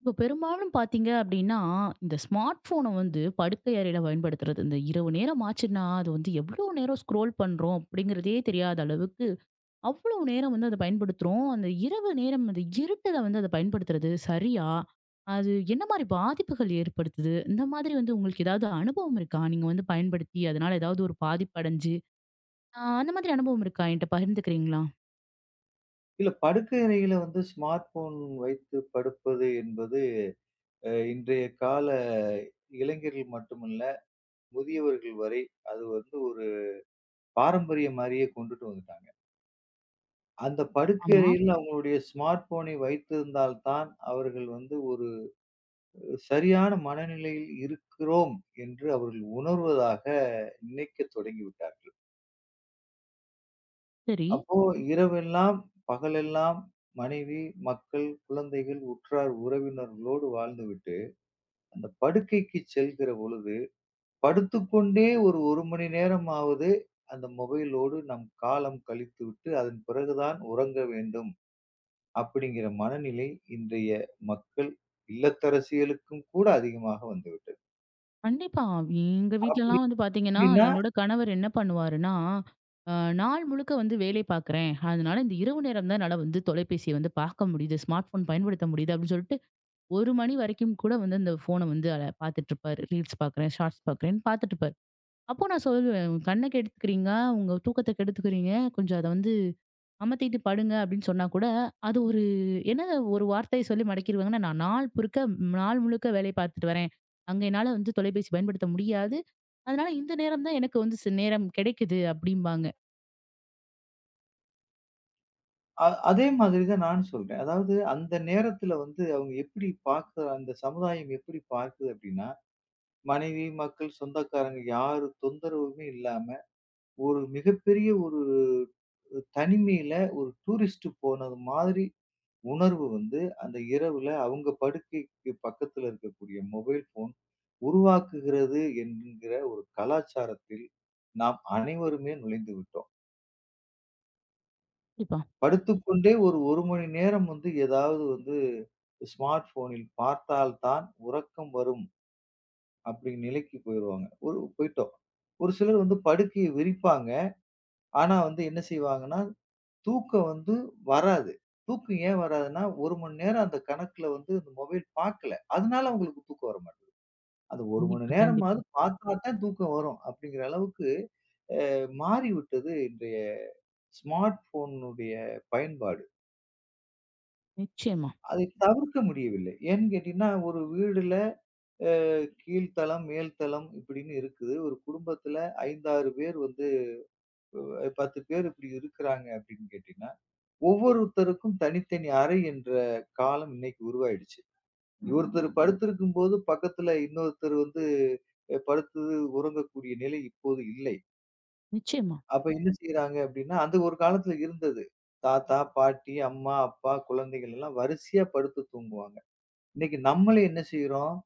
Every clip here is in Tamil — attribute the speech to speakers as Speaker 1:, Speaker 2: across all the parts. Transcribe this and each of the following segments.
Speaker 1: இப்போ பெரும்பாலும் பார்த்தீங்க அப்படின்னா, இந்த ஸ்மார்ட் ஃபோன வந்து படுக்கை அறையில பயன்படுத்துறது. இந்த இரவு நேரம் ஆச்சுன்னா, அது வந்து எவ்வளோ நேரம் ஸ்க்ரோல் பண்றோம் அப்படிங்கிறதே தெரியாத அளவுக்கு, அவ்வளோ நேரம் வந்து அத பயன்படுத்துறோம். அந்த இரவு நேரம் அந்த இருட்டுல வந்து அத பயன்படுத்துறது சரியா? அது என்ன மாரி பாதிப்புகள் ஏற்படுத்துது? இந்த மாதிரி வந்து உங்களுக்கு ஏதாவது அனுபவம் இருக்கா? நீங்க வந்து பயன்படுத்தி அதனால ஏதாவது ஒரு பாதிப்பு அடைஞ்சு, அந்த மாதிரி அனுபவம் இருக்கா? என்ட்ட பகிர்ந்துக்கிறீங்களா?
Speaker 2: இல்ல, படுக்கை அறையில வந்து ஸ்மார்ட் போன் வைத்து படுப்பது என்பது இன்றைய கால இளைஞர்கள் மட்டுமல்ல, முதியவர்கள் வரை அது வந்து ஒரு பாரம்பரிய மாதிரியே கொண்டுட்டு வந்துட்டாங்க. அந்த படுக்கை
Speaker 1: ஆமா.
Speaker 2: அறையில் அவங்களுடைய ஸ்மார்ட் போனை வைத்திருந்தால்தான் அவர்கள் வந்து ஒரு சரியான மனநிலையில் இருக்கிறோம் என்று அவர்கள் உணர்வதாக நினைக்க தொடங்கி விட்டார்கள்.
Speaker 1: சரி.
Speaker 2: அப்போ இரவெல்லாம் பகலெல்லாம் மனைவி, மக்கள், குழந்தைகள், உற்றார் உறவினர்களோடு வாழ்ந்து அந்த படுக்கைக்கு செல்கிற பொழுது, படுத்துக்கொண்டே ஒரு 1 மணி நேரமாவது அந்த மொபைலோடு நம் காலம் கழித்துவிட்டு, அதன் பிறகுதான் உறங்க வேண்டும் அப்படிங்கிற மனநிலை இன்றைய மக்கள், இல்லத்தரசிகளுக்கும் கூட அதிகமாக வந்துவிட்டது.
Speaker 1: கண்டிப்பா. எங்க
Speaker 2: அப்படி
Speaker 1: வீட்லலாம் வந்து பாத்தீங்கன்னா,
Speaker 2: எப்படின்னா,
Speaker 1: என்னோட கணவர் என்ன பண்ணுவாருன்னா, அ நாள் முழுக்க வந்து வேலை பாக்குறேன். அதனால இந்த இரவு நேரம் தான் என்னால வந்து தொலைபேசிய வந்து பார்க்க முடியுது. ஸ்மார்ட் ஃபோன் பயன்படுத்த முடியுது அப்படின்னு சொல்லிட்டு 1 மணி வரைக்கும் கூட வந்து அந்த ஃபோன வந்து அல பாத்துட்டுருப்பாரு. ரீல்ஸ் பாக்குறேன், ஷார்ட்ஸ் பாக்குறேன்னு பாத்துட்டுருப்பாரு. அப்போ நான் சொல்லுவேன், "உங்க கண்ண கெடுத்துக்கிறீங்க, உங்க தூக்கத்த கெடுத்துக்கிறீங்க. கொஞ்சம் அத வந்து அமத்திட்டு படுங்க அப்படின்னு சொன்னா கூட, அது ஒரு என்ன ஒரு வார்த்தை சொல்லி மடக்கிருவாங்கன்னா, நான் நாள் முழுக்க வேலைய பார்த்துட்டு வரேன். அங்க என்னால வந்து தொலைபேசி பயன்படுத்த முடியாது. அதனால இந்த நேரம் தான் எனக்கு வந்து நேரம் கிடைக்குது அப்படிம்பாங்க.
Speaker 2: அதே மாதிரி தான் நானும் சொல்றேன். அதாவது அந்த நேரத்தில வந்து அவங்க எப்படி பார்க்க, அந்த சமுதாயம் எப்படி பார்க்குது அப்படின்னா, மனைவி, மக்கள், சொந்தக்காரங்க யாரு தொந்தரவுமே இல்லாம ஒரு மிகப்பெரிய ஒரு தனிமையில ஒரு டூரிஸ்ட் போனது மாதிரி உணர்வு வந்து அந்த இரவுல அவங்க படுக்கைக்கு பக்கத்துல இருக்கக்கூடிய மொபைல் ஃபோன் உருவாக்குகிறது என்கிற ஒரு கலாச்சாரத்தில் நாம் அனைவருமே நுழைந்து விட்டோம்.
Speaker 1: கண்டிப்பா,
Speaker 2: படுத்துக்கொண்டே ஒரு 1 மணி நேரம் வந்து ஏதாவது வந்து ஸ்மார்ட் ஃபோனில் பார்த்தால்தான் உறக்கம் வரும் அப்படிங்கிற நிலைக்கு போயிருவாங்க. ஒரு போய்ட்டோம். ஒரு சிலர் வந்து படுக்கைய விரிப்பாங்க. ஆனா வந்து என்ன செய்வாங்கன்னா, தூக்கம் வந்து வராது. தூக்கம் ஏன் வராதுன்னா, 1 மணி நேரம் அந்த கணக்குல வந்து இந்த மொபைல் பார்க்கல. அதனால உங்களுக்கு தூக்கம் வரமாட்டேங்குது. அது 1 மணி
Speaker 1: கண்டிப்பா, கண்டிப்பா.
Speaker 2: நேரமாவது பார்த்தா தான் தூக்கம் வரும். அப்படிங்கிற அளவுக்கு அ மாறிவிட்டது இன்றைய ஸ்மார்ட் ஃபோனுடைய பயன்பாடு.
Speaker 1: நிச்சயமா,
Speaker 2: அதை தவிர்க்க முடியவில்லை. ஏன்னு கேட்டீங்கன்னா, ஒரு வீடுல அ கீழ்த்தளம், மேல்தளம் இப்படின்னு இருக்குது. ஒரு குடும்பத்துல 5, 6 பேர் வந்து 10 பேர் இப்படி இருக்கிறாங்க அப்படின்னு கேட்டீங்கன்னா, ஒவ்வொருத்தருக்கும் தனித்தனி அறை என்ற காலம் இன்னைக்கு உருவாயிடுச்சு. ஒருத்தர் படுத்திருக்கும்போது, பக்கத்துல இன்னொருத்தர் வந்து படுத்து உறங்கக்கூடிய நிலை இப்போது இல்லை.
Speaker 1: நிச்சயமா.
Speaker 2: அப்ப என்ன செய்றாங்க அப்படின்னா, அது ஒரு காலத்துல இருந்தது. தாத்தா, பாட்டி, அம்மா, அப்பா, குழந்தைகள் எல்லாம் வரிசையா படுத்து தூங்குவாங்க. இன்னைக்கு நம்மளே என்ன செய்றோம்?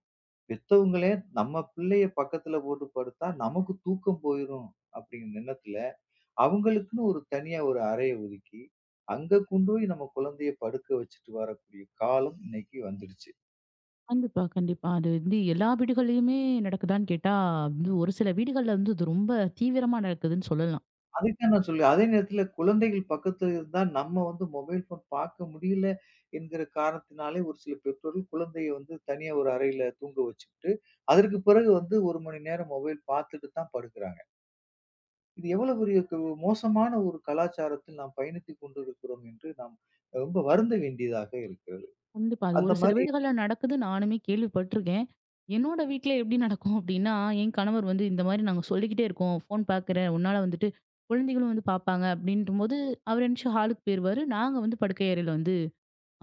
Speaker 2: பெத்தவங்களே நம்ம பிள்ளைய பக்கத்துல போட்டு படுத்தா, நமக்கு தூக்கம் போயிரும் அப்படிங்கிற எண்ணத்துல அவங்களுக்குன்னு ஒரு தனியா ஒரு அறைய ஒதுக்கி, அங்க கொண்டு போய் நம்ம குழந்தைய படுக்க வச்சுட்டு வரக்கூடிய காலம் இன்னைக்கு வந்துடுச்சு.
Speaker 1: கண்டிப்பா, கண்டிப்பா. அது வந்து எல்லா வீடுகள்லயுமே நடக்குதான்னு கேட்டா, வந்து ஒரு சில வீடுகள்ல வந்து அது ரொம்ப தீவிரமா நடக்குதுன்னு சொல்லலாம்.
Speaker 2: அதைத்தான் நான் சொல்லுவேன். அதே நேரத்துல குழந்தைகள் பக்கத்துல இருந்தா நம்ம வந்து மொபைல் ஃபோன் பார்க்க முடியல என்கிற காரணத்தினாலே ஒரு சில பெற்றோர்கள் குழந்தைய வந்து தனியா ஒரு அறையில தூங்க வச்சுட்டு, அதற்கு பிறகு வந்து 1 மணி நேரம் மொபைல் பார்த்துட்டு தான் படுக்கிறாங்க. இது எவ்வளவு பெரிய மோசமான ஒரு கலாச்சாரத்தில் நாம் பயணித்துக் கொண்டிருக்கிறோம் என்று நாம் ரொம்ப வருந்த வேண்டியதாக இருக்கிறது.
Speaker 1: கண்டிப்பா. அது
Speaker 2: அந்த
Speaker 1: ஒரு சில
Speaker 2: மாரி
Speaker 1: வீடுகள்ல நடக்குது. நானுமே கேள்விப்பட்டுருக்கேன். என்னோட வீட்ல எப்படி நடக்கும் அப்படின்னா, என் கணவர் வந்து இந்த மாரி நாங்க சொல்லிக்கிட்டே இருக்கோம். ஃபோன் பார்க்குறேன். உன்னால வந்துட்டு குழந்தைகளும் வந்து பார்ப்பாங்க அப்படின்ட்டும்போது, அவர் எந்திரிச்சு ஹாலுக்கு போயிருவாரு. நாங்க வந்து படுக்கை அறையில வந்து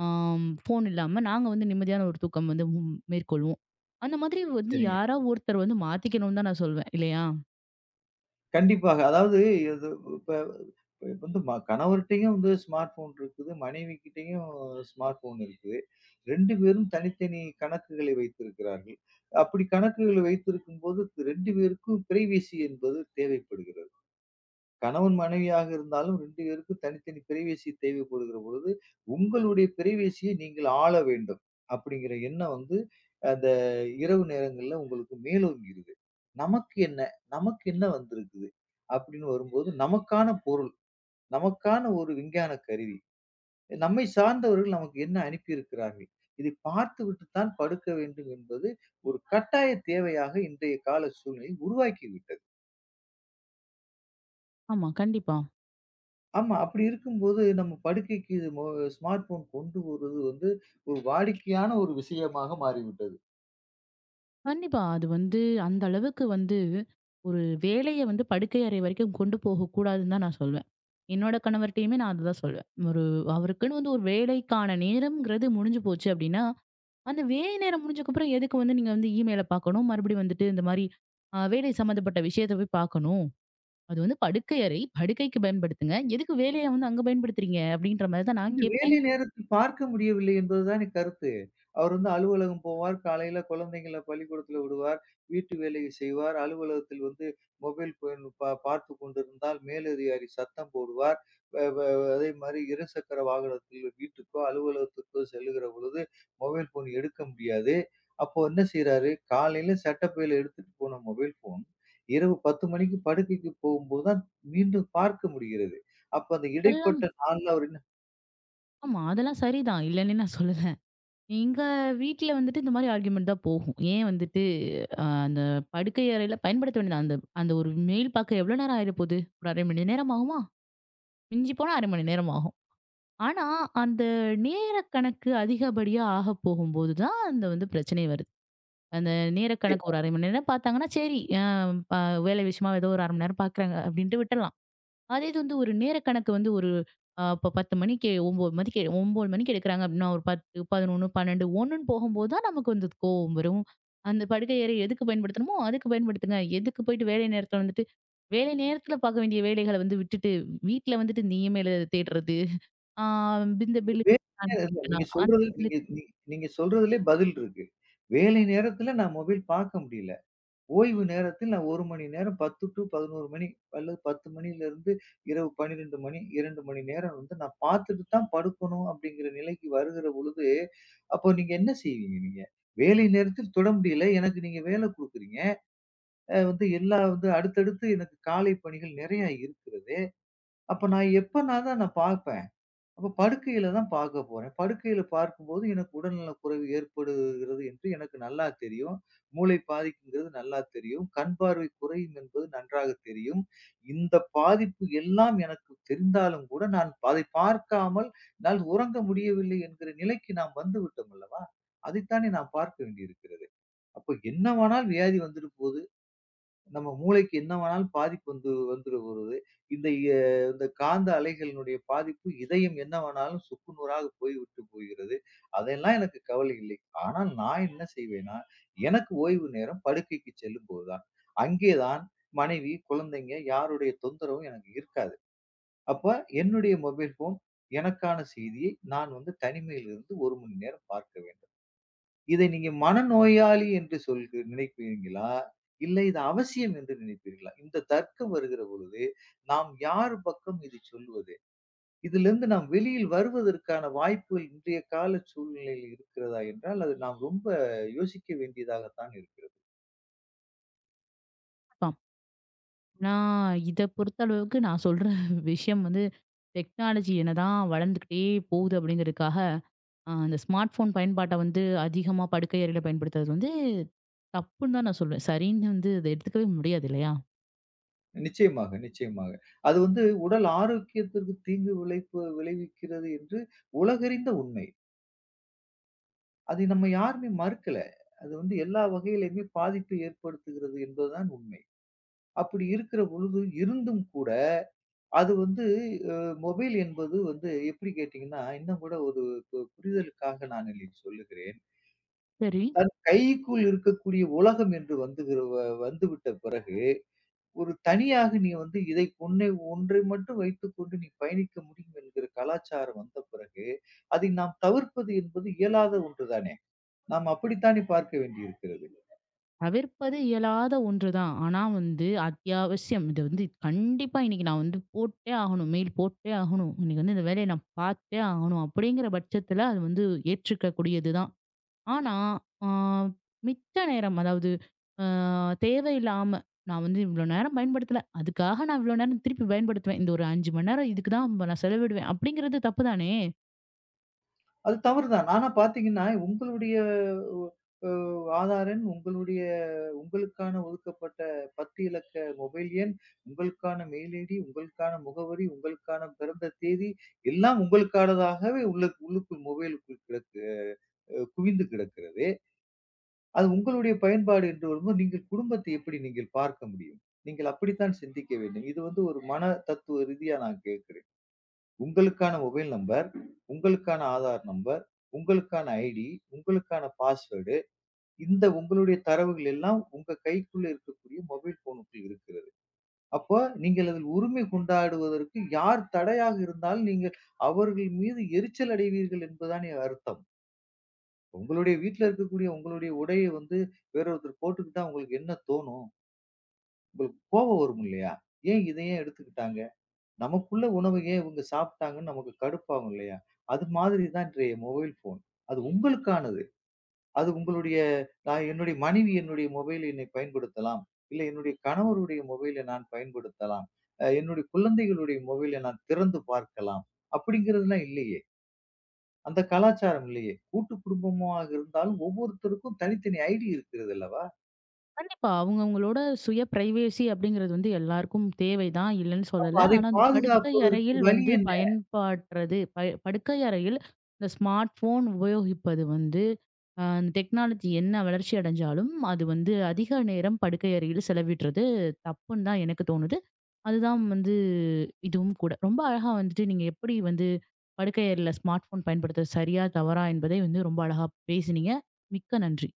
Speaker 1: ஃபோன் இல்லாம நாங்க வந்து நிம்மதியான ஒரு தூக்கம் வந்து மேற்கொள்வோம். அந்த மாதிரி வந்து
Speaker 2: சரிங்க.
Speaker 1: யாராவது ஒருத்தர் வந்து மாத்திக்கணும்னு தான் நான் சொல்வேன். இல்லையா?
Speaker 2: கண்டிப்பாக. அதாவது இது இப்ப இப்ப வந்து கணவர்ட்டயும் வந்து ஸ்மார்ட் ஃபோன் இருக்குது. மனைவி கிட்டயும் ஸ்மார்ட் ஃபோன் இருக்குது. 2 பேரும் தனித்தனி கணக்குகளை வைத்திருக்கிறார்கள். அப்படி கணக்குகளை வைத்திருக்கும்போது 2 பேருக்கும் பிரைவசி என்பது தேவைப்படுகிறது. கணவன் மனைவியாக இருந்தாலும் 2 பேருக்கும் தனித்தனி பிரைவசி தேவைப்படுகிற பொழுது, உங்களுடைய பிரைவசியை நீங்கள் ஆள வேண்டும். அப்படிங்கிற எண்ணம் வந்து அந்த இரவு நேரங்கள்ல உங்களுக்கு மேலோங்கிருது. நமக்கு என்ன? நமக்கு என்ன வந்திருக்குது? அப்படின்னு வரும்போது நமக்கான பொருள், நமக்கான ஒரு விஞ்ஞான கருவி, நம்மை சார்ந்தவர்கள் நமக்கு என்ன அனுப்பியிருக்கிறார்கள்? இதை பார்த்துவிட்டு தான் படுக்க வேண்டும் என்பது ஒரு கட்டாய தேவையாக இன்றைய கால சூழ்நிலை உருவாக்கிவிட்டது.
Speaker 1: ஆமா. கண்டிப்பா.
Speaker 2: ஆமா. அப்படி இருக்கும்போது நம்ம படுக்கைக்கு ஸ்மார்ட் போன் கொண்டு வருவது வந்து ஒரு வாடிக்கையான ஒரு விஷயமாக மாறிவிட்டது.
Speaker 1: கண்டிப்பா. அது வந்து அந்த அளவுக்கு வந்து ஒரு வேலைய வந்து படுக்கை அறை வரைக்கும் கொண்டு போகக்கூடாதுன்னு தான் நான் சொல்வேன். என்னோட கணவர்ட்டயுமே நான் அதுதான் சொல்வேன். ஒரு அவருக்குன்னு வந்து ஒரு வேலைக்கான நேரம்ங்கிறது முடிஞ்சு போச்சு அப்டின்னா, அந்த வேலை நேரம் முடிஞ்சதுக்கப்புறம் எதுக்கு வந்து நீங்க வந்து இமெயில பார்க்கணும்? மறுபடியும் வந்துட்டு இந்த மாரி வேலை சம்மந்தப்பட்ட விஷயத்த போய் பார்க்கணும். அது வந்து படுக்கை அறை, படுக்கைக்கு பயன்படுத்துங்க. எதுக்கு வேலைய வந்து அங்க பயன்படுத்துறீங்க? அப்டின்ற மாரி தான் நான்
Speaker 2: இந்த
Speaker 1: கேட்பேன்.
Speaker 2: வேலை நேரத்தில் பார்க்க முடியவில்லை என்பதுதானே கருத்து. அவர் வந்து அலுவலகம் போவார். காலையில குழந்தைங்கள பள்ளிக்கூடத்துல விடுவார். வீட்டு வேலையை செய்வார். அலுவலகத்தில் வந்து மொபைல் ஃபோன் பார்த்துக் கொண்டிருந்தால் மேலதிகாரி சத்தம் போடுவார். வ வ அதே மாரி இருசக்கர வாகனத்தில் வீட்டுக்கோ, அலுவலகத்துக்கோ செல்லுகிற பொழுது மொபைல் ஃபோன் எடுக்க முடியாது. அப்போ என்ன செய்றாரு, காலையில சட்டப்பையில எடுத்துட்டு போன மொபைல் ஃபோன், இரவு 10 மணிக்கு படுக்கைக்கு போகும்போது தான் மீண்டும் பார்க்க முடிகிறது. அப்ப அந்த
Speaker 1: அதெல்லாம்
Speaker 2: இடைப்பட்ட நாள்ல அவர் என்ன
Speaker 1: ஆமா. அதெல்லாம் சரிதான். இல்லன்னு நான் சொல்லல. எங்க வீட்ல வந்துட்டு இந்த மாரி ஆர்கியுமெண்ட் தான் போகும். ஏன் வந்துட்டு அந்த படுக்கை அறையில பயன்படுத்த வேண்டியது அந்த அந்த ஒரு மெயில் பார்க்க எவ்வளோ நேரம் ஆயிரப்போது? ஒரு 1/2 மணி நேரம் ஆகுமா? மிஞ்சி போனா 1/2 மணி நேரம் ஆகும். ஆனா, அந்த நேர கணக்கு அதிகப்படியா ஆக போகும்போது தான் அந்த வந்து பிரச்சனை வருது. அந்த நேர கணக்கு ஒரு 1/2 மணி நேரம் பார்த்தாங்கன்னா, சரி அ ப வேலை விஷயமா ஏதோ ஒரு 1/2 மணி நேரம் பார்க்குறாங்க அப்படின்ட்டு விட்டுறலாம். அதே இது வந்து ஒரு நேர கணக்கு வந்து ஒரு இப்ப 10 மணிக்கு 9 மணிக்கு 9 மணிக்கு எடுக்குறாங்க அப்படின்னா, ஒரு 10, 11, 12, 1ன்னு போகும்போது தான் நமக்கு வந்து கோவம் வரும். அந்த படுக்கை அறை எதுக்கு பயன்படுத்தணுமோ, அதுக்கு பயன்படுத்துங்க. எதுக்கு போயிட்டு வேலை நேரத்துல வந்துட்டு, வேலை நேரத்துல பார்க்க வேண்டிய வேலைகள வந்து விட்டுட்டு, வீட்ல வந்துட்டு நீயமேல தேடுறது. ஆ இந்த பில்
Speaker 2: வேலை
Speaker 1: அந்த
Speaker 2: நேரம், நீங்க சொல்றது,
Speaker 1: பில்
Speaker 2: நீங்க சொல்றதிலே பதில் இருக்கு. வேலை நேரத்தில நான் மொபைல் பார்க்க முடியல. ஓய்வு நேரத்தில் நான் 1 மணி நேரம், 10 டூ 11 மணி அல்லது 10 மணியிலிருந்து இரவு 12 மணி, 2 மணி நேரம் வந்து நான் பார்த்துட்டு தான் படுக்கணும் அப்படிங்கிற நிலைக்கு வருகிற பொழுது, அப்போ நீங்க என்ன செய்வீங்க நீங்க? வேலை நேரத்தில் தொட முடியல. எனக்கு நீங்க வேலை குடுக்குறீங்க. வந்து எல்லா வந்து அடுத்தடுத்து எனக்கு காலை பணிகள் நெறையா இருக்கிறது. அப்ப நான் எப்பனாதான் நான் பார்ப்பேன்? அப்ப படுக்கையில தான் பார்க்க போறேன். படுக்கையில பார்க்கும்போது எனக்கு உடல்நலக் குறைவு ஏற்படுகிறது என்று எனக்கு நல்லா தெரியும். மூளை பாதிக்குங்கிறது நல்லா தெரியும். கண் பார்வை குறையும் என்பது நன்றாக தெரியும். இந்த பாதிப்பு எல்லாம் எனக்கு தெரிந்தாலும் கூட நான் அதை பார்க்காமல் என்னால் உறங்க முடியவில்லை என்கிற நிலைக்கு நாம் வந்து விட்டோம் அல்லவா? அதைத்தானே நாம் பார்க்க வேண்டியிருக்கிறது. அப்ப என்னவானால் வியாதி வந்துட்டு போது? நம்ம மூளைக்கு என்ன வேணாலும் பாதிப்பு வந்து வருது. இந்த எ இந்த காந்த அலைகளினுடைய பாதிப்பு, இதயம் என்ன வேணாலும் சுக்கு நூறாக போய்விட்டு போகிறது. அதெல்லாம் எனக்கு கவலை இல்லை. ஆனால் நான் என்ன செய்வேன்னா, எனக்கு ஓய்வு நேரம் படுக்கைக்கு செல்லும்போது தான். அங்கே தான் மனைவி, குழந்தைங்க யாருடைய தொந்தரவும் எனக்கு இருக்காது. அப்ப என்னுடைய மொபைல் ஃபோன் எனக்கான செய்தியை நான் வந்து தனிமையில் இருந்து 1 மணி நேரம் பார்க்க வேண்டும். இதை நீங்க மனநோயாளி என்று நினைப்பீர்களா? இல்லை, இது அவசியம் என்று நினைப்பீர்களா? இந்த தர்க்கம் வருகிற பொழுது, நாம் யார் பக்கம் இதை சொல்வது? இதிலிருந்து நாம் வெளியில் வருவதற்கான வாய்ப்புகள் இன்றைய கால சூழ்நிலையில் இருக்கிறதா என்றால், அது நாம் ரொம்ப யோசிக்க வேண்டியதாகத்தான் இருக்கிறது.
Speaker 1: நான் இத பொறுத்த அளவுக்கு நான் சொல்ற விஷயம் வந்து, டெக்னாலஜி என்னதான் வளர்ந்துக்கிட்டே போகுது அப்படிங்கிறதுக்காக அந்த ஸ்மார்ட் ஃபோன் பயன்பாட்ட வந்து அதிகமா படுக்கை அறையில பயன்படுத்துறது வந்து தப்புன்னு தான் நான் சொல்வேன். சரின்னு வந்து அத எடுத்துக்கவே முடியாது இல்லையா?
Speaker 2: நிச்சயமாக, நிச்சயமாக. அது வந்து உடல் ஆரோக்கியத்திற்கு தீங்கு விளைவிக்கிறது என்று உலகறிந்த உண்மை. அதை நம்ம யாருமே மறுக்கல. அது வந்து எல்லா வகையிலுமே பாதிப்பை ஏற்படுத்துகிறது என்பதுதான் உண்மை. அப்படி இருக்கிற பொழுது இருந்தும் கூட, அது வந்து அ மொபைல் என்பது வந்து எப்படி கேட்டீங்கன்னா, இன்னும் கூட ஒரு புரிதலுக்காக நான் இதை சொல்லுகிறேன்.
Speaker 1: சரி.
Speaker 2: தன் கைக்குள் இருக்கக்கூடிய உலகம் என்று வந்துகிற வ வந்துவிட்ட பிறகு, ஒரு தனியாக நீ வந்து இதை உன்னை ஒன்றை மட்டும் வைத்துக்கொண்டு நீ பயணிக்க முடியும் என்கிற கலாச்சாரம் வந்த பிறகு, அதை நாம் தவிர்ப்பது என்பது இயலாத ஒன்று தானே! நாம் அப்படித்தானே பார்க்க வேண்டியிருக்கிறது.
Speaker 1: தவிர்ப்பது இயலாத ஒன்று தான். ஆனா வந்து அத்தியாவசியம். இது வந்து கண்டிப்பா இன்னைக்கு நான் வந்து போட்டே ஆகணும். மெயில் போட்டே ஆகணும். இன்னைக்கு வந்து இந்த வேலைய நான் பார்த்தே ஆகணும். அப்படிங்கிற பட்சத்துல அது வந்து ஏற்றுக்கக்கூடியது தான். ஆனா, ஆ மிச்ச நேரம் அதாவது அ தேவையில்லாம நான் வந்து இவ்ளோ நேரம் பயன்படுத்தல. அதுக்காக நான் இவ்ளோ நேரம் திருப்பி பயன்படுத்துவேன். இந்த ஒரு 5 மணி நேரம் இதுக்கு தான் நான் செலவிடுவேன். அப்படிங்கிறது தப்பு தானே!
Speaker 2: அது தவறுதான். ஆனா பார்த்தீங்கன்னா, உங்களுடைய அ ஆதார் எண், உங்களுக்கான ஒதுக்கப்பட்ட 10 இலக்க மொபைல் எண், உங்களுக்கான மெயில் ஐடி, உங்களுக்கான முகவரி, உங்களுக்கான பிறந்த தேதி எல்லாம் உங்களுக்கானதாகவே உள்ளுக்குள் மொபைலுக்குள் கிடக்கு, குவிந்து கிடக்கிறதே. அது உங்களுடைய பயன்பாடு என்று வரும்போது, நீங்கள் குடும்பத்தை எப்படி நீங்கள் பார்க்க முடியும்? நீங்கள் அப்படித்தான் சிந்திக்க வேண்டும். இது வந்து ஒரு மன தத்துவ ரீதியா நான் கேட்கிறேன். உங்களுக்கான மொபைல் நம்பர், உங்களுக்கான ஆதார் நம்பர், உங்களுக்கான ஐடி, உங்களுக்கான பாஸ்வேர்டு. இந்த உங்களுடைய தரவுகள் எல்லாம் உங்க கைக்குள்ள இருக்கக்கூடிய மொபைல் ஃபோனுக்குள் இருக்கிறது. அப்ப நீங்கள் அதில் உரிமை கொண்டாடுவதற்கு யார் தடையாக இருந்தாலும் நீங்கள் அவர்கள் மீது எரிச்சல் அடைவீர்கள் என்பதுதானே அர்த்தம். உங்களுடைய வீட்ல இருக்கக்கூடிய உங்களுடைய வந்து வேற ஒருத்தர் போட்டுக்கிட்டா உங்களுக்கு என்ன தோணும்? உங்களுக்கு கோபம் வரும் இல்லையா? ஏன் எடுத்துக்கிட்டாங்க? நமக்குள்ள உணவு ஏன் இவங்க சாப்பிட்டாங்கன்னு நமக்கு கடுப்பாகும் இல்லையா? அது மாதிரி தான் இன்றைய மொபைல் ஃபோன். அது உங்களுக்கானது. அது உங்களுடைய. நான் என்னுடைய மனைவி என்னுடைய மொபைல் எண்ணை பயன்படுத்தலாம். இல்ல என்னுடைய கணவருடைய மொபைலை நான் பயன்படுத்தலாம். என்னுடைய குழந்தைகளுடைய மொபைலை நான் திறந்து பார்க்கலாம். அப்படிங்கிறதெல்லாம் இல்லையே. அந்த கலாச்சாரம் இல்லையே. கூட்டு குடும்பமாக இருந்தாலும் ஒவ்வொருத்தருக்கும் தனித்தனி ஐடி இருக்கிறது அல்லவா?
Speaker 1: கண்டிப்பா. அவங்கவங்களோட சுய பிரைவசி அப்படிங்கிறது வந்து எல்லாருக்கும் தேவைதான், இல்லன்னு
Speaker 2: அப்ப
Speaker 1: சொல்லல.
Speaker 2: அதை
Speaker 1: ஆனா, அந்த படுக்கை
Speaker 2: பாதுகாப்பதற்கு
Speaker 1: அறையில்
Speaker 2: வழி
Speaker 1: வந்து
Speaker 2: என்ன?
Speaker 1: பயன்படுறது படுக்கை அறையில் இந்த ஸ்மார்ட் ஃபோன் உபயோகிப்பது வந்து, அந்த டெக்னாலஜி என்ன வளர்ச்சி அடைஞ்சாலும், அது வந்து அதிக நேரம் படுக்கை அறையில் செலவிடுறது தப்புன்னு தான் எனக்கு தோணுது. அதுதான் வந்து இதுவும் கூட. ரொம்ப அழகா வந்துட்டு நீங்க எப்படி வந்து படுக்கை அறையில ஸ்மார்ட் ஃபோன் பயன்படுத்துறது சரியா, தவறா என்பதை வந்து ரொம்ப அழகா பேசினீங்க. மிக்க நன்றி.